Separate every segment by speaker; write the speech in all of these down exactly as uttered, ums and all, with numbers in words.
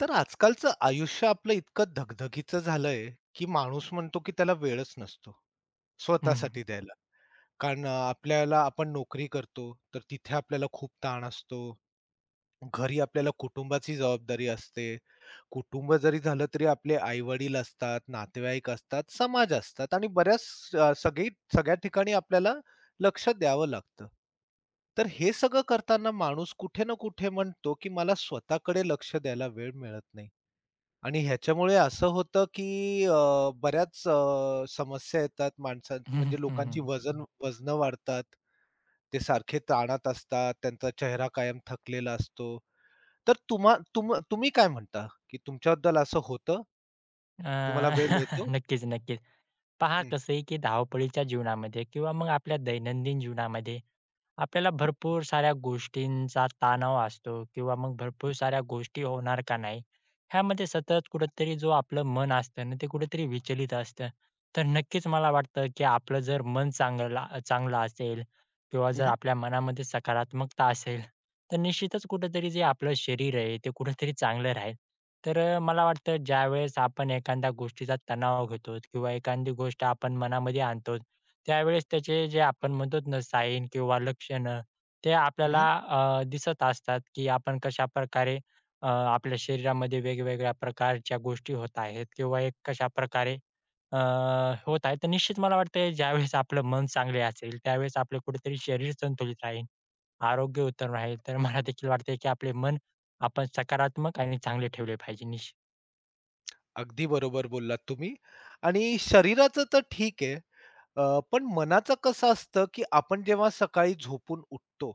Speaker 1: तर आजकालचं आयुष्य आपलं इतकं धगधगीचं झालंय, की माणूस म्हणतो, की त्याला वेळच नसतो,
Speaker 2: हं, हं.
Speaker 1: स्वतःसाठी द्यायला. कारण अ, आपल्याला आपण नोकरी करतो, तर तिथे आपल्याला खूप ताण असतो. घरी आपल्याला कुटुंबाची जबाबदारी असते. कुटुंब जरी झालं, तरी आपले आई-वडील असतात, नातेवाईक असतात, समाज असतात आणि बऱ्याच अ, सगळी सगळ्या ठिकाणी आपल्याला लक्ष द्यावं लागतं. तर हे सगळं करताना माणूस कुठे ना कुठे म्हणतो, की मला स्वतःकडे लक्ष द्यायला वेळ मिळत नाही. आणि ह्याच्यामुळे असं होतं, की अ, बऱ्याच अ, समस्या येतात माणसां
Speaker 2: हं,
Speaker 1: म्हणजे
Speaker 2: हं,
Speaker 1: लोकांची
Speaker 2: हं.
Speaker 1: वजन वजनं वाढतात. ते सारखे ताणात असतात, त्यांचा चेहरा कायम थकलेला असतो. तर तुम्हा तुम तुम्ही काय म्हणता, की तुमच्याबद्दल असं होतं? तुम्हाला
Speaker 2: अ,
Speaker 1: वेळ मिळतो?
Speaker 2: नक्कीच, नक्कीच. पहा
Speaker 1: हं.
Speaker 2: कसं आहे, की धावपळीच्या जीवनामध्ये किंवा मग आपल्या दैनंदिन जीवनामध्ये आपल्याला भरपूर साऱ्या गोष्टींचा तणाव असतो किंवा मग भरपूर साऱ्या गोष्टी होणार का नाही, ह्यामध्ये सतत कुठेतरी जो आपलं मन असतं ना, ते कुठेतरी विचलित असतं. तर नक्कीच मला वाटतं, की आपलं जर मन चांगला चांगलं असेल किंवा
Speaker 1: हं,
Speaker 2: जर
Speaker 1: हं.
Speaker 2: आपल्या मनामध्ये सकारात्मकता असेल, तर निश्चितच कुठेतरी जे आपलं शरीर आहे, ते कुठेतरी चांगलं राहील. तर अ, मला वाटतं ज्यावेळेस आपण एखाद्या गोष्टीचा तणाव घेतो किंवा एखादी गोष्ट आपण मनामध्ये आणतो, त्यावेळेस त्याचे जे आपण म्हणतो ना साईन किंवा लक्षणं ते आपल्याला अ, दिसत असतात, की आपण कशाप्रकारे अ, आपल्या शरीरामध्ये वेगवेगळ्या प्रकारच्या गोष्टी होत आहेत किंवा एक कशाप्रकारे अ, होत आहे. तर निश्चित मला वाटतंय ज्यावेळेस आपलं मन चांगले असेल, त्यावेळेस आपलं कुठेतरी शरीर संतुलित राहील, आरोग्य उत्तम राहील. तर मला देखील वाटतंय, की आपले मन आपण सकारात्मक आणि चांगले ठेवले पाहिजे. निश्चित.
Speaker 1: अगदी बरोबर बोललात तुम्ही आणि शरीराचं तर ठीक आहे. अ, पण मनाचं कसं असतं, की आपण जेव्हा सकाळी झोपून उठतो,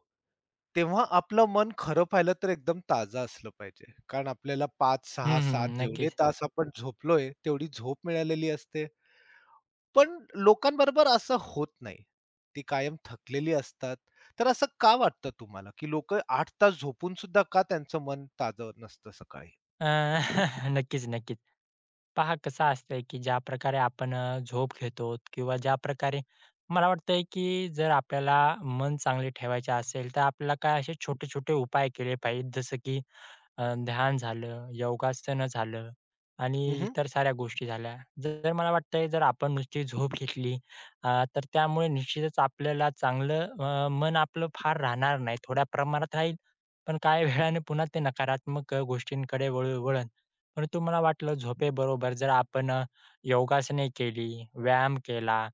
Speaker 1: तेव्हा आपलं मन खरं पाहिलं तर एकदम ताजं असलं पाहिजे. कारण आपल्याला पाच,
Speaker 2: हं,
Speaker 1: सहा, सात
Speaker 2: हं.
Speaker 1: जेवढे
Speaker 2: नक्कीच.
Speaker 1: तास आपण झोपलोय, तेवढी झोप मिळालेली असते. पण लोकांबरोबर असं होत नाही. ती कायम थकलेली असतात. तर असं का वाटतं तुम्हाला, की लोकं आठ तास झोपून सुद्धा का त्यांचं मन ताजं नसतं सकाळी?
Speaker 2: अ, नक्कीच, नक्कीच. पहा कसं असतंय, की ज्या प्रकारे आपण अ, झोप घेतो किंवा ज्या प्रकारे मला वाटतंय, की जर आपल्याला मन चांगले ठेवायचे असेल, तर आपल्याला काय असे छोटे-छोटे उपाय केले पाहिजेत. जसं की अ, ध्यान झालं, योगासनं झालं आणि
Speaker 1: हं,
Speaker 2: इतर साऱ्या गोष्टी झाल्या. जर मला वाटतंय जर आपण नुसती झोप घेतली अ, तर त्यामुळे निश्चितच आपल्याला चांगलं अ, मन आपलं फार राहणार नाही. थोड्या प्रमाणात राहील, पण काही वेळाने पुन्हा ते नकारात्मक अ, गोष्टींकडे वळ वळण. परंतु मला वाटलं झोपेबरोबर जर आपण अ, योगासने केली, व्यायाम केला,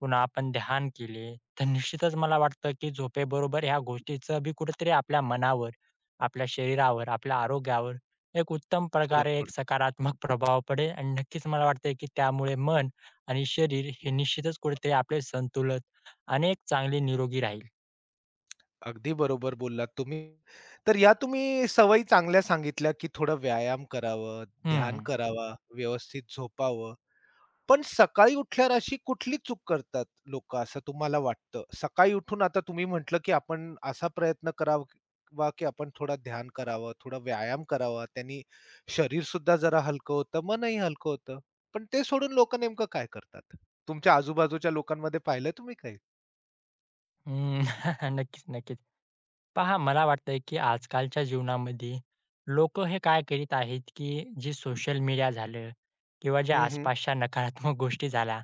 Speaker 2: पुन्हा आपण ध्यान केले, तर निश्चितच मला वाटतं की झोपेबरोबर ह्या गोष्टीचं बी कुठेतरी आपल्या मनावर आपल्या शरीरावर, आपल्या आरोग्यावर एक उत्तम
Speaker 1: फरक
Speaker 2: प्रकारे एक सकारात्मक प्रभाव पडेल आणि नक्कीच मला वाटतंय, की त्यामुळे मन आणि शरीर हे निश्चितच कुठेतरी आपले संतुलन आणि एक चांगले निरोगी राहील.
Speaker 1: अगदी बरोबर बोललात तुम्ही. तर या तुम्ही सवयी चांगल्या सांगितल्या, की थोडा व्यायाम करावं, ध्यान
Speaker 2: हं.
Speaker 1: करावा, व्यवस्थित झोपावं. पण सकाळी उठल्यावर अशी कुठली चूक करतात लोकं असं तुम्हाला वाटतं? सकाळी उठून आता तुम्ही म्हटलं, की आपण असा प्रयत्न करावा, की आपण थोडा ध्यान करावं, थोडा व्यायाम करावा. त्यांनी शरीरसुद्धा जरा हलकं होतं, मनही हलकं होतं. पण ते सोडून लोकं नेमकं काय करतात? तुमच्या आजूबाजूच्या लोकांमध्ये पाहिलंय तुम्ही काही?
Speaker 2: हं, नक्कीच, नक्कीच. पहा मला वाटतंय, की आजकालच्या जीवनामध्ये लोक हे काय करीत आहेत, की जे सोशल मीडिया झालं किंवा ज्या
Speaker 1: हं, हं.
Speaker 2: आसपासच्या नकारात्मक गोष्टी झाल्या,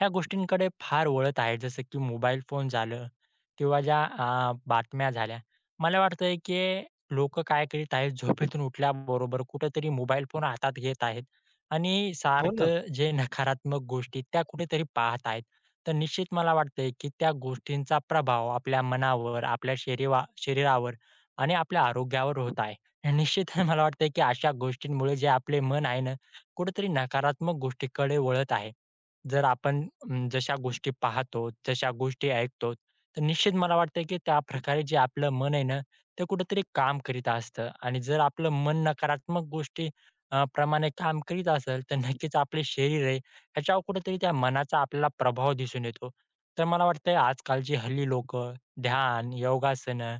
Speaker 2: ह्या गोष्टींकडे फार वळत आहेत. जसं की मोबाईल फोन झालं किंवा ज्या अ, बातम्या झाल्या. मला वाटतंय, की लोकं काय करीत आहेत, झोपेतून उठल्याबरोबर कुठेतरी मोबाईल फोन हातात घेत आहेत आणि
Speaker 1: हो ना.
Speaker 2: सारखं जे नकारात्मक गोष्टी त्या कुठेतरी पाहत आहेत. तर निश्चित मला वाटतंय, की त्या गोष्टींचा प्रभाव आपल्या मनावर, आपल्या शरीवा शरीरावर आणि आपल्या आरोग्यावर होत आहे. आणि निश्चित मला वाटतंय, की अशा गोष्टींमुळे जे आपले मन आहे ना, कुठेतरी नकारात्मक गोष्टीकडे वळत आहे. जर आपण अं, जशा गोष्टी पाहतो, जशा गोष्टी ऐकतो, तर निश्चित मला वाटतं, की त्याप्रकारे जे आपलं मन आहे ना, ते कुठेतरी काम करीत असतं आणि जर आपलं मन नकारात्मक गोष्टी अ, प्रमाणे काम करीत असेल, तर नक्कीच आपले शरीर आहे ह्याच्यावर कुठेतरी त्या मनाचा आपल्याला प्रभाव दिसून येतो. तर मला वाटतंय आजकालची हल्ली लोकं ध्यान, योगासनं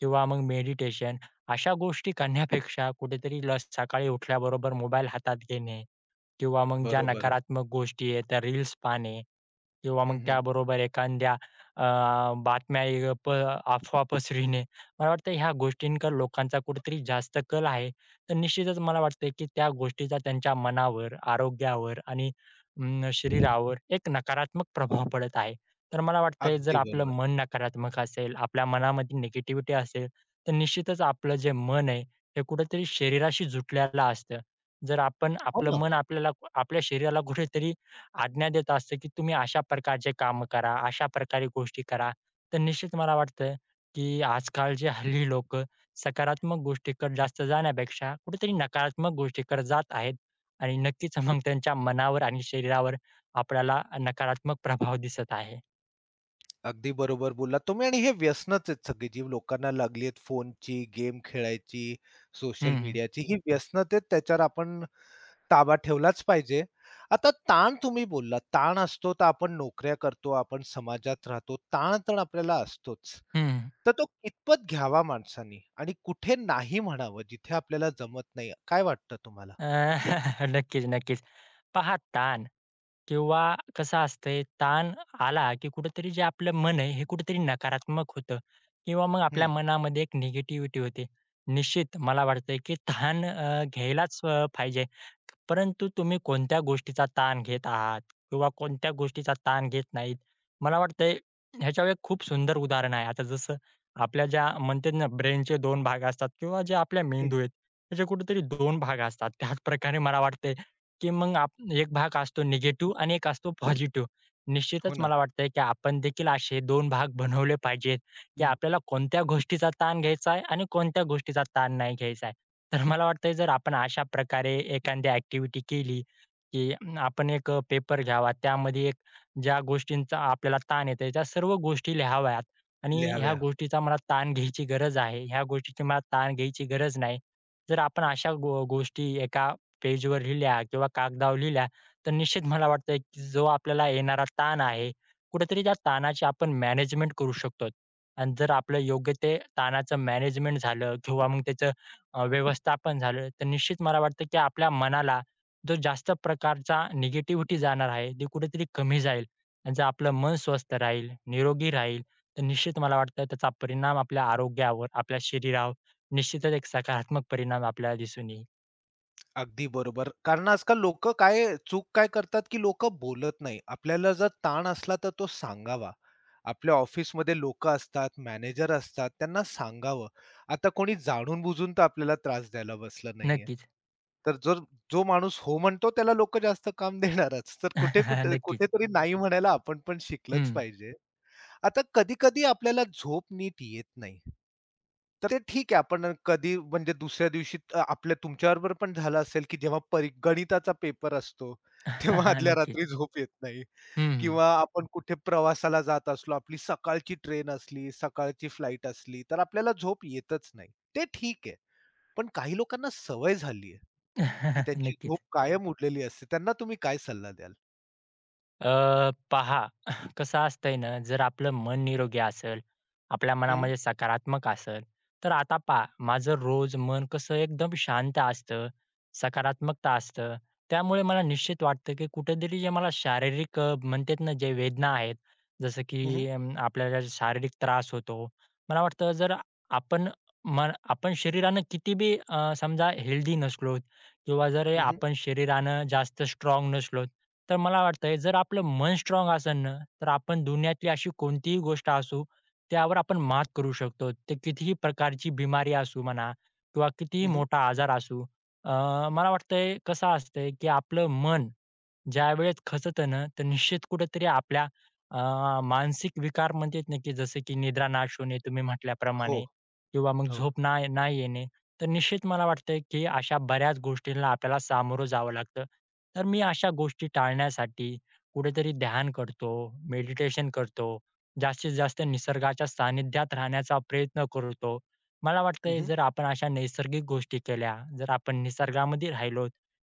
Speaker 2: किंवा मग मेडिटेशन अशा गोष्टी करण्यापेक्षा कुठेतरी ल सकाळी उठल्याबरोबर मोबाईल हातात घेणे किंवा मग ज्या
Speaker 1: बरोबर.
Speaker 2: नकारात्मक गोष्टी आहेत त्या रील्स पाहणे किंवा
Speaker 1: हं,
Speaker 2: मग
Speaker 1: हं.
Speaker 2: त्याबरोबर एखाद्या अ, बातम्या य प अफवा पसरविणे. मला वाटतं ह्या गोष्टींकडे लोकांचा कुठेतरी जास्त कल आहे. तर निश्चितच मला वाटतंय की त्या गोष्टीचा त्यांच्या मनावर, आरोग्यावर आणि अं, शरीरावर एक नकारात्मक प्रभाव पडत आहे. तर मला वाटतंय जर
Speaker 1: अगदी
Speaker 2: आपलं
Speaker 1: बरोबर.
Speaker 2: मन नकारात्मक असेल, आपल्या मनामध्ये निगेटिव्हिटी असेल, तर निश्चितच आपलं जे मन आहे हे कुठेतरी शरीराशी जुटलेलं असतं. जर आपण
Speaker 1: हो
Speaker 2: आपलं
Speaker 1: ना.
Speaker 2: मन आपल्याला आपल्या शरीराला कुठेतरी आज्ञा देत असतं, की तुम्ही अशा प्रकारचे कामं करा, अशा प्रकारे गोष्टी करा. तर निश्चित मला वाटतं, की आजकाल जे हल्ली लोकं सकारात्मक गोष्टीकडे जास्त जाण्यापेक्षा कुठेतरी नकारात्मक गोष्टीकडे जात आहेत आणि नक्कीच मग त्यांच्या मनावर आणि शरीरावर आपल्याला नकारात्मक प्रभाव दिसत आहे.
Speaker 1: अगदी बरोबर बोललात तुम्ही आणि हे व्यसनच आहेत सगळी जी लोकांना लागली आहेत फोनची, गेम खेळायची, सोशल
Speaker 2: हं, हं.
Speaker 1: मीडियाची. ही व्यसनच आहेत त्याच्यावर आपण ताबा ठेवलाच पाहिजे. आता ताण तुम्ही बोललात. ताण असतो तर आपण नोकऱ्या करतो, आपण समाजात राहतो. ताण-तण आपल्याला असतोच.
Speaker 2: हं,
Speaker 1: तर तो कितपत घ्यावा माणसानी आणि कुठे नाही म्हणावं जिथे आपल्याला जमत नाही. काय वाटतं तुम्हाला?
Speaker 2: नक्कीच, नक्कीच. पहा ताण किंवा कसं असतंय, ताण आला, की कुठेतरी जे आपलं मन आहे, हे कुठेतरी नकारात्मक होतं किंवा मग आपल्या
Speaker 1: हं,
Speaker 2: मनामध्ये एक निगेटिव्हिटी होते. निश्चित मला वाटतंय, की ताण अ, घ्यायलाच अ, पाहिजे. परंतु तुम्ही कोणत्या गोष्टीचा ताण घेत आहात किंवा कोणत्या गोष्टीचा ताण घेत नाहीत. मला वाटतंय ह्याच्यावर एक खूप सुंदर उदाहरण आहे. आता जसं आपल्या ज्या म्हणतात ना, ब्रेनचे दोन भाग असतात किंवा जे आपल्या
Speaker 1: हं.
Speaker 2: मेंदू आहेत, त्याचे कुठेतरी दोन भाग असतात. त्याचप्रकारे मला वाटतंय की मग आप एक भाग असतो निगेटिव्ह आणि एक असतो पॉझिटिव्ह. निश्चितच
Speaker 1: हो ना.
Speaker 2: मला वाटतंय की आपण देखील असे दोन भाग बनवले पाहिजेत, की
Speaker 1: हं.
Speaker 2: आपल्याला कोणत्या गोष्टीचा ताण घ्यायचा आहे आणि कोणत्या गोष्टीचा ताण नाही घ्यायचा आहे. तर मला वाटतंय जर आपण अशा प्रकारे एखादी ॲक्टिव्हिटी केली, की अं, आपण एक अ, पेपर घ्यावा. त्यामध्ये एक ज्या गोष्टींचा आपल्याला ताण येतोय, त्या सर्व गोष्टी लिहाव्यात आणि ह्या
Speaker 1: लिहाव्या.
Speaker 2: गोष्टीचा मला ताण घ्यायची गरज आहे, ह्या गोष्टीची मला ताण घ्यायची गरज नाही. जर आपण अशा गो गोष्टी एका पेजवर लिहिल्या किंवा कागदावर लिहिल्या, तर निश्चित मला वाटतंय की जो आपल्याला येणारा ताण आहे, कुठेतरी त्या ताणाची आपण मॅनेजमेंट करू शकतो. आणि जर आपलं योग्य ते ताणाचं मॅनेजमेंट झालं किंवा मग त्याचं अ, व्यवस्थापन झालं, तर निश्चित मला वाटतं की आपल्या मनाला जो जास्त प्रकारचा निगेटिव्हिटी जाणार आहे, ती कुठेतरी कमी जाईल. आणि जर आपलं मन स्वस्थ राहील, निरोगी राहील, तर निश्चित मला वाटतं त्याचा परिणाम आपल्या आरोग्यावर, आपल्या शरीरावर निश्चितच एक सकारात्मक परिणाम आपल्याला दिसून येईल.
Speaker 1: अगदी बरोबर. कारण आजकाल लोकं काय चूक काय करतात, की लोकं बोलत नाही. आपल्याला जर ताण असला तर तो सांगावा. आपल्या ऑफिसमध्ये लोकं असतात, मॅनेजर असतात, त्यांना सांगावं. आता कोणी जाणून-बुजून तर आपल्याला त्रास द्यायला बसलं नाहीये.
Speaker 2: नक्कीच.
Speaker 1: तर जर जो माणूस हो म्हणतो त्याला लोकं जास्त काम देणारच. तर कुठे-कुठे
Speaker 2: नक्कीच.
Speaker 1: कुठेतरी नाही म्हणायला आपण पण
Speaker 2: हं.
Speaker 1: शिकलंच पाहिजे. आता कधी-कधी आपल्याला झोप नीट येत नाही. तर ते ठीक आहे आपण कधी म्हणजे दुसऱ्या दिवशी अ, आपल्या तुमच्याबरोबर पण झालं असेल, की जेव्हा परी गणिताचा पेपर असतो, तेव्हा आदल्या रात्री
Speaker 2: नक्कीच.
Speaker 1: झोप येत नाही
Speaker 2: हं, हं.
Speaker 1: किंवा आपण कुठे प्रवासाला जात असलो, आपली सकाळची ट्रेन असली, सकाळची फ्लाइट असली, तर आपल्याला झोप येतच नाही. ते ठीक आहे. पण काही लोकांना सवय झाली आहे, की त्यांची झोप
Speaker 2: नक्कीच.
Speaker 1: कायम उडलेली असते. त्यांना तुम्ही काय सल्ला द्याल?
Speaker 2: अ, पहा कसं असतंय ना, जर आपलं मन निरोगी असेल, आपल्या
Speaker 1: हं,
Speaker 2: मनामध्ये सकारात्मक असेल, तर आता पहा माझं रोज मन कसं एकदम शांत असतं, सकारात्मकता असतं. त्यामुळे मला निश्चित वाटतं, की कुठेतरी जे मला शारीरिक अ, म्हणतात ना, जे वेदना आहेत, जसं
Speaker 1: हं, हं,
Speaker 2: की अं, आपल्याला जे शारीरिक त्रास होतो. मला वाटतं जर आपण मन आपण शरीरानं किती बी अ, समजा हेल्दी नसलो किंवा जर
Speaker 1: हं,
Speaker 2: आपण शरीरानं जास्त स्ट्राँग नसलो, तर मला वाटतंय जर आपलं मन स्ट्राँग असेल ना, तर आपण दुनियातली अशी कोणतीही गोष्ट असू, त्यावर आपण मात करू शकतो. ते कितीही प्रकारची बिमारी असू म्हणा किंवा कितीही मोठा आजार असू. अ, मला वाटतंय कसं असतंय, की आपलं मन ज्यावेळेस खचतं ना, तर निश्चित कुठेतरी आपल्या अ, मानसिक विकार म्हणतात ना, की जसं की निद्रानाश होणे तुम्ही
Speaker 1: हो,
Speaker 2: म्हटल्याप्रमाणे किंवा मग
Speaker 1: हो.
Speaker 2: झोप ना नाही येणे. तर निश्चित मला वाटतंय, की अशा बऱ्याच गोष्टींना आपल्याला सामोरं जावं लागतं. तर मी अशा गोष्टी टाळण्यासाठी कुठेतरी ध्यान करतो, मेडिटेशन करतो, जास्तीत जास्त निसर्गाच्या सानिध्यात राहण्याचा प्रयत्न करतो. मला वाटतंय
Speaker 1: हं,
Speaker 2: जर आपण अशा नैसर्गिक गोष्टी केल्या, जर आपण निसर्गामध्ये राहिलो,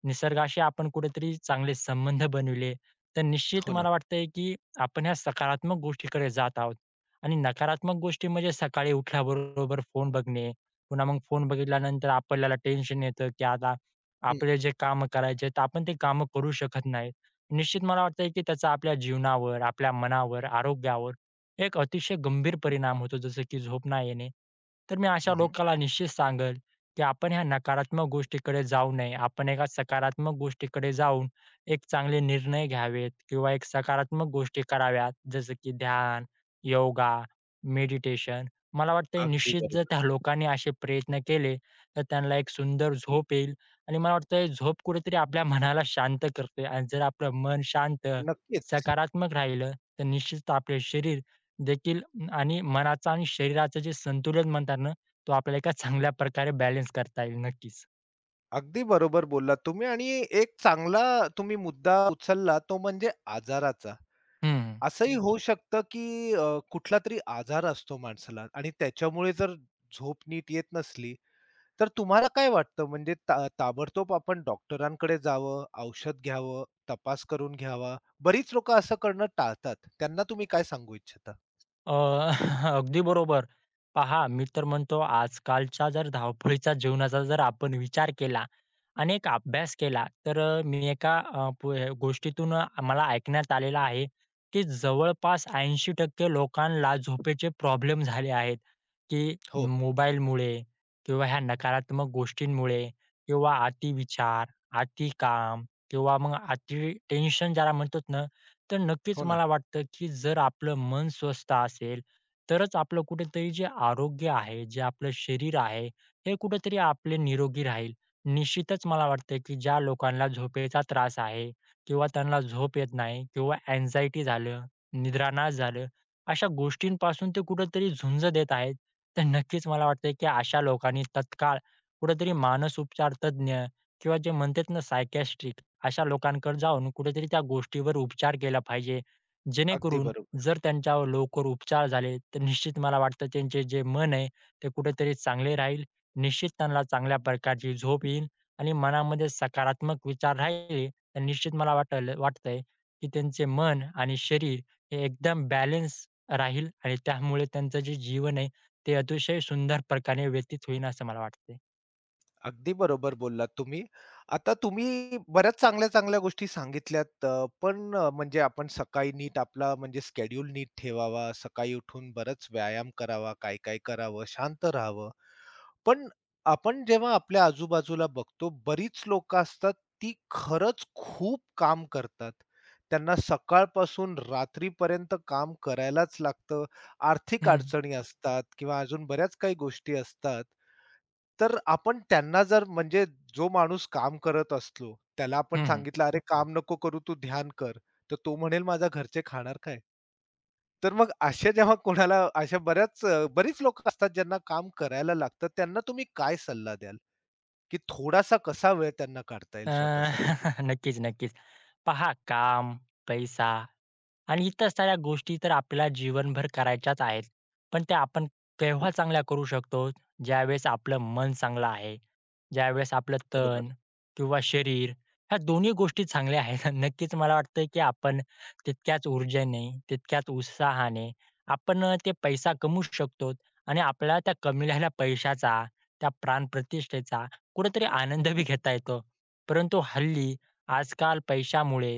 Speaker 2: निसर्गाशी आपण कुठेतरी चांगले संबंध बनविले, तर निश्चित
Speaker 1: हो ना.
Speaker 2: मला वाटतंय, की आपण ह्या सकारात्मक गोष्टीकडे जात आहोत. आणि नकारात्मक गोष्टी म्हणजे सकाळी उठल्याबरोबर फोन बघणे, पुन्हा मग फोन बघितल्यानंतर आपल्याला टेन्शन येतं, की आता आपले जे काम करायचे आहेत, आपण ते काम करू शकत नाहीत. निश्चित मला वाटतंय, की त्याचा आपल्या जीवनावर, आपल्या मनावर, आरोग्यावर एक अतिशय गंभीर परिणाम होतो, जसं की झोप नाही येणे. तर मी अशा
Speaker 1: हं,
Speaker 2: लोकाला निश्चित सांगेल, की आपण ह्या नकारात्मक गोष्टीकडे जाऊ नये. आपण एका सकारात्मक गोष्टीकडे जाऊन एक चांगले निर्णय घ्यावेत किंवा एक सकारात्मक गोष्टी कराव्यात, जसं की ध्यान, योगा, मेडिटेशन. मला वाटतंय
Speaker 1: अगदी
Speaker 2: निश्चित जर
Speaker 1: बरोबर.
Speaker 2: त्या लोकांनी असे प्रयत्न केले, तर त्यांना एक सुंदर झोप येईल आणि मला वाटतंय झोप कुठेतरी आपल्या मनाला शांत करते आणि जर आपलं मन शांत,
Speaker 1: नक्कीच.
Speaker 2: सकारात्मक राहिलं, तर निश्चित आपले शरीर देखील आणि मनाचं आणि शरीराचं जे संतुलन म्हणतात ना, तो आपल्याला एका चांगल्या प्रकारे बॅलन्स करता येईल. नक्कीच.
Speaker 1: अगदी बरोबर बोललात तुम्ही आणि एक चांगला तुम्ही मुद्दा उचलला तो म्हणजे आजाराचा.
Speaker 2: हं.
Speaker 1: असंही हं. होऊ शकतं, की अ, कुठला तरी आजार असतो माणसाला आणि त्याच्यामुळे जर झोप नीट येत नसली, तर तुम्हाला काय वाटतं म्हणजे ता ताबडतोब आपण डॉक्टरांकडे जावं, औषध घ्यावं, तपास करून घ्यावा? बरीच लोकं असं करणं टाळतात. त्यांना तुम्ही काय सांगू इच्छिता?
Speaker 2: अ, अगदी बरोबर. पहा, मी तर म्हणतो आजकालच्या जर धावपळीच्या जीवनाचा जर आपण विचार केला आणि एक अभ्यास केला, तर अ, मी एका अ, प गोष्टीतून अ, मला ऐकण्यात आलेलं आहे, की जवळपास ऐंशी टक्के लोकांना झोपेचे प्रॉब्लेम झाले आहेत, की
Speaker 1: हो,
Speaker 2: मोबाईलमुळे किंवा ह्या नकारात्मक गोष्टींमुळे किंवा अतिविचार, अतिकाम किंवा मग अति टेन्शन ज्याला म्हणतो. तर नक्कीच
Speaker 1: हो ना.
Speaker 2: मला वाटतं, की जर आपलं मन स्वस्थ असेल, तरच आपलं कुठेतरी जे आरोग्य आहे, जे आपलं शरीर आहे, हे कुठेतरी आपले निरोगी राहील. निश्चितच मला वाटतं, की ज्या लोकांना झोपेचा त्रास आहे किंवा त्यांना झोप येत नाही किंवा अँक्झायटी झालं, निद्रानाश झालं, अशा गोष्टींपासून ते कुठेतरी झुंज देत आहेत. तर नक्कीच मला वाटतं, की अशा लोकांनी तत्काळ कुठेतरी मानसोपचार तज्ञ किंवा जे म्हणतात ना सायकियाट्रिस्ट अशा लोकांकडे जाऊन कुठेतरी त्या गोष्टीवर उपचार केला पाहिजे.
Speaker 1: अगदी
Speaker 2: जेणेकरून
Speaker 1: बरोबर.
Speaker 2: जर त्यांच्यावर लवकर उपचार झाले, तर निश्चित मला वाटतं त्यांचे जे मन आहे ते कुठेतरी चांगले राहील. निश्चित त्यांना चांगल्या प्रकारची झोप येईल आणि मनामध्ये सकारात्मक विचार राहिले, तर निश्चित मला वाटल वाटतंय की त्यांचे मन आणि शरीर हे एकदम बॅलन्स राहील आणि त्यामुळे त्यांचं जे जीवन आहे ते अतिशय सुंदर प्रकारे व्यतीत होईल असं मला वाटतंय.
Speaker 1: अगदी बरोबर बोललात तुम्ही. आता तुम्ही बऱ्याच चांगल्या-चांगल्या गोष्टी सांगितल्यात अ, पण अ, म्हणजे आपण सकाळी नीट आपला म्हणजे शेड्यूल नीट ठेवावा, सकाळी उठून बराच व्यायाम करावा, काय-काय करावं, शांत राहावं. पण आपण जेव्हा आपल्या आजूबाजूला बघतो, बरीच लोकं असतात ती खरंच खूप काम करतात. त्यांना सकाळपासून रात्रीपर्यंत काम करायलाच लागतं. आर्थिक
Speaker 2: हं.
Speaker 1: अडचणी असतात किंवा अजून बऱ्याच काही गोष्टी असतात. तर आपण त्यांना जर म्हणजे जो माणूस काम करत असलो, त्याला आपण
Speaker 2: हं, हं.
Speaker 1: सांगितलं, "अरे काम नको करू, तू ध्यान कर." तर तो म्हणेल, "माझ्या घरचे खाणार काय?" तर मग असे जेव्हा कोणाला अशा बऱ्याच अ, बरीच लोकं असतात ज्यांना काम करायला लागतं, त्यांना तुम्ही काय सल्ला द्याल? की थोडासा कसा वेळ त्यांना काढता येईल
Speaker 2: अ,
Speaker 1: स्वतःसाठी?
Speaker 2: नक्कीच, नक्कीच. पहा काम, पैसा आणि इतर साऱ्या गोष्टी तर आपल्याला जीवनभर करायच्याच आहेत. पण त्या आपण तेव्हा चांगल्या करू शकतो ज्यावेळेस आपलं मन चांगलं आहे. ज्यावेळेस आपलं तन
Speaker 1: बरोबर,
Speaker 2: किंवा शरीर ह्या दोन्ही गोष्टी चांगल्या आहेत. नक्कीच मला वाटतं की आपण तितक्याच ऊर्जेने, तितक्याच उत्साहाने आपण ते पैसा कमवू शकतो आणि आपल्याला त्या कमविलेल्या पैशाचा, त्या प्राणप्रतिष्ठेचा कुठेतरी आनंद बी घेता येतो. परंतु हल्ली आजकाल पैशामुळे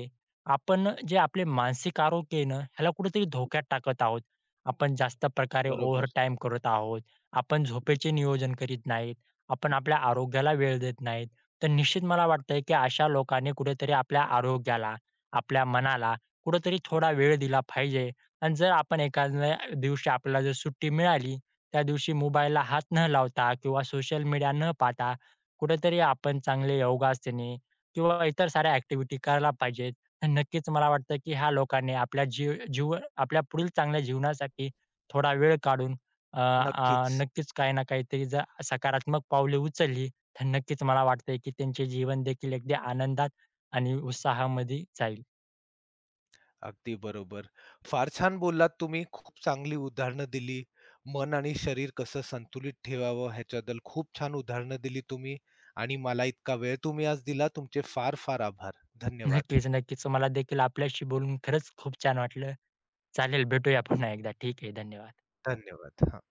Speaker 2: आपण जे आपले मानसिक आरोग्य आहे ना, ह्याला कुठेतरी धोक्यात टाकत आहोत. आपण जास्त प्रकारे
Speaker 1: बरोबर.
Speaker 2: ओव्हरटाईम करत आहोत. आपण झोपेचे नियोजन करीत नाहीत. आपण आपल्या आरोग्याला वेळ देत नाहीत. तर निश्चित मला वाटतंय, की अशा लोकांनी कुठेतरी आपल्या आरोग्याला, आपल्या मनाला कुठेतरी थोडा वेळ दिला पाहिजे आणि जर आपण एखाद्या दिवशी आपल्याला जर सुट्टी मिळाली, त्या दिवशी मोबाईलला हात न लावता किंवा सोशल मीडिया न पाहता कुठेतरी आपण चांगले योगासने किंवा इतर साऱ्या ॲक्टिव्हिटी करायला पाहिजेत. नक्कीच मला वाटतं, की ह्या लोकांनी आपल्या जीव जीव आपल्या पुढील चांगल्या जीवनासाठी थोडा वेळ काढून अ, अ,
Speaker 1: नक्कीच.
Speaker 2: नक्कीच काही ना काहीतरी जर सकारात्मक पावले उचलली, तर नक्कीच मला वाटतंय, की त्यांचे जीवन देखील अगदी आनंदात आणि उत्साहामध्ये जाईल.
Speaker 1: अगदी बरोबर. फार छान बोललात तुम्ही. खूप चांगली उदाहरणं दिली. मन आणि शरीर कसं संतुलित ठेवावं ह्याच्याबद्दल खूप छान उदाहरणं दिली तुम्ही आणि मला इतका वेळ तुम्ही आज दिला. तुमचे फार फार आभार. धन्यवाद.
Speaker 2: नक्कीच, नक्कीच. मला देखील आपल्याशी बोलून खरंच खूप छान वाटलं. चालेल, भेटूया पुन्हा एकदा. ठीक आहे. धन्यवाद.
Speaker 1: धन्यवाद. हां.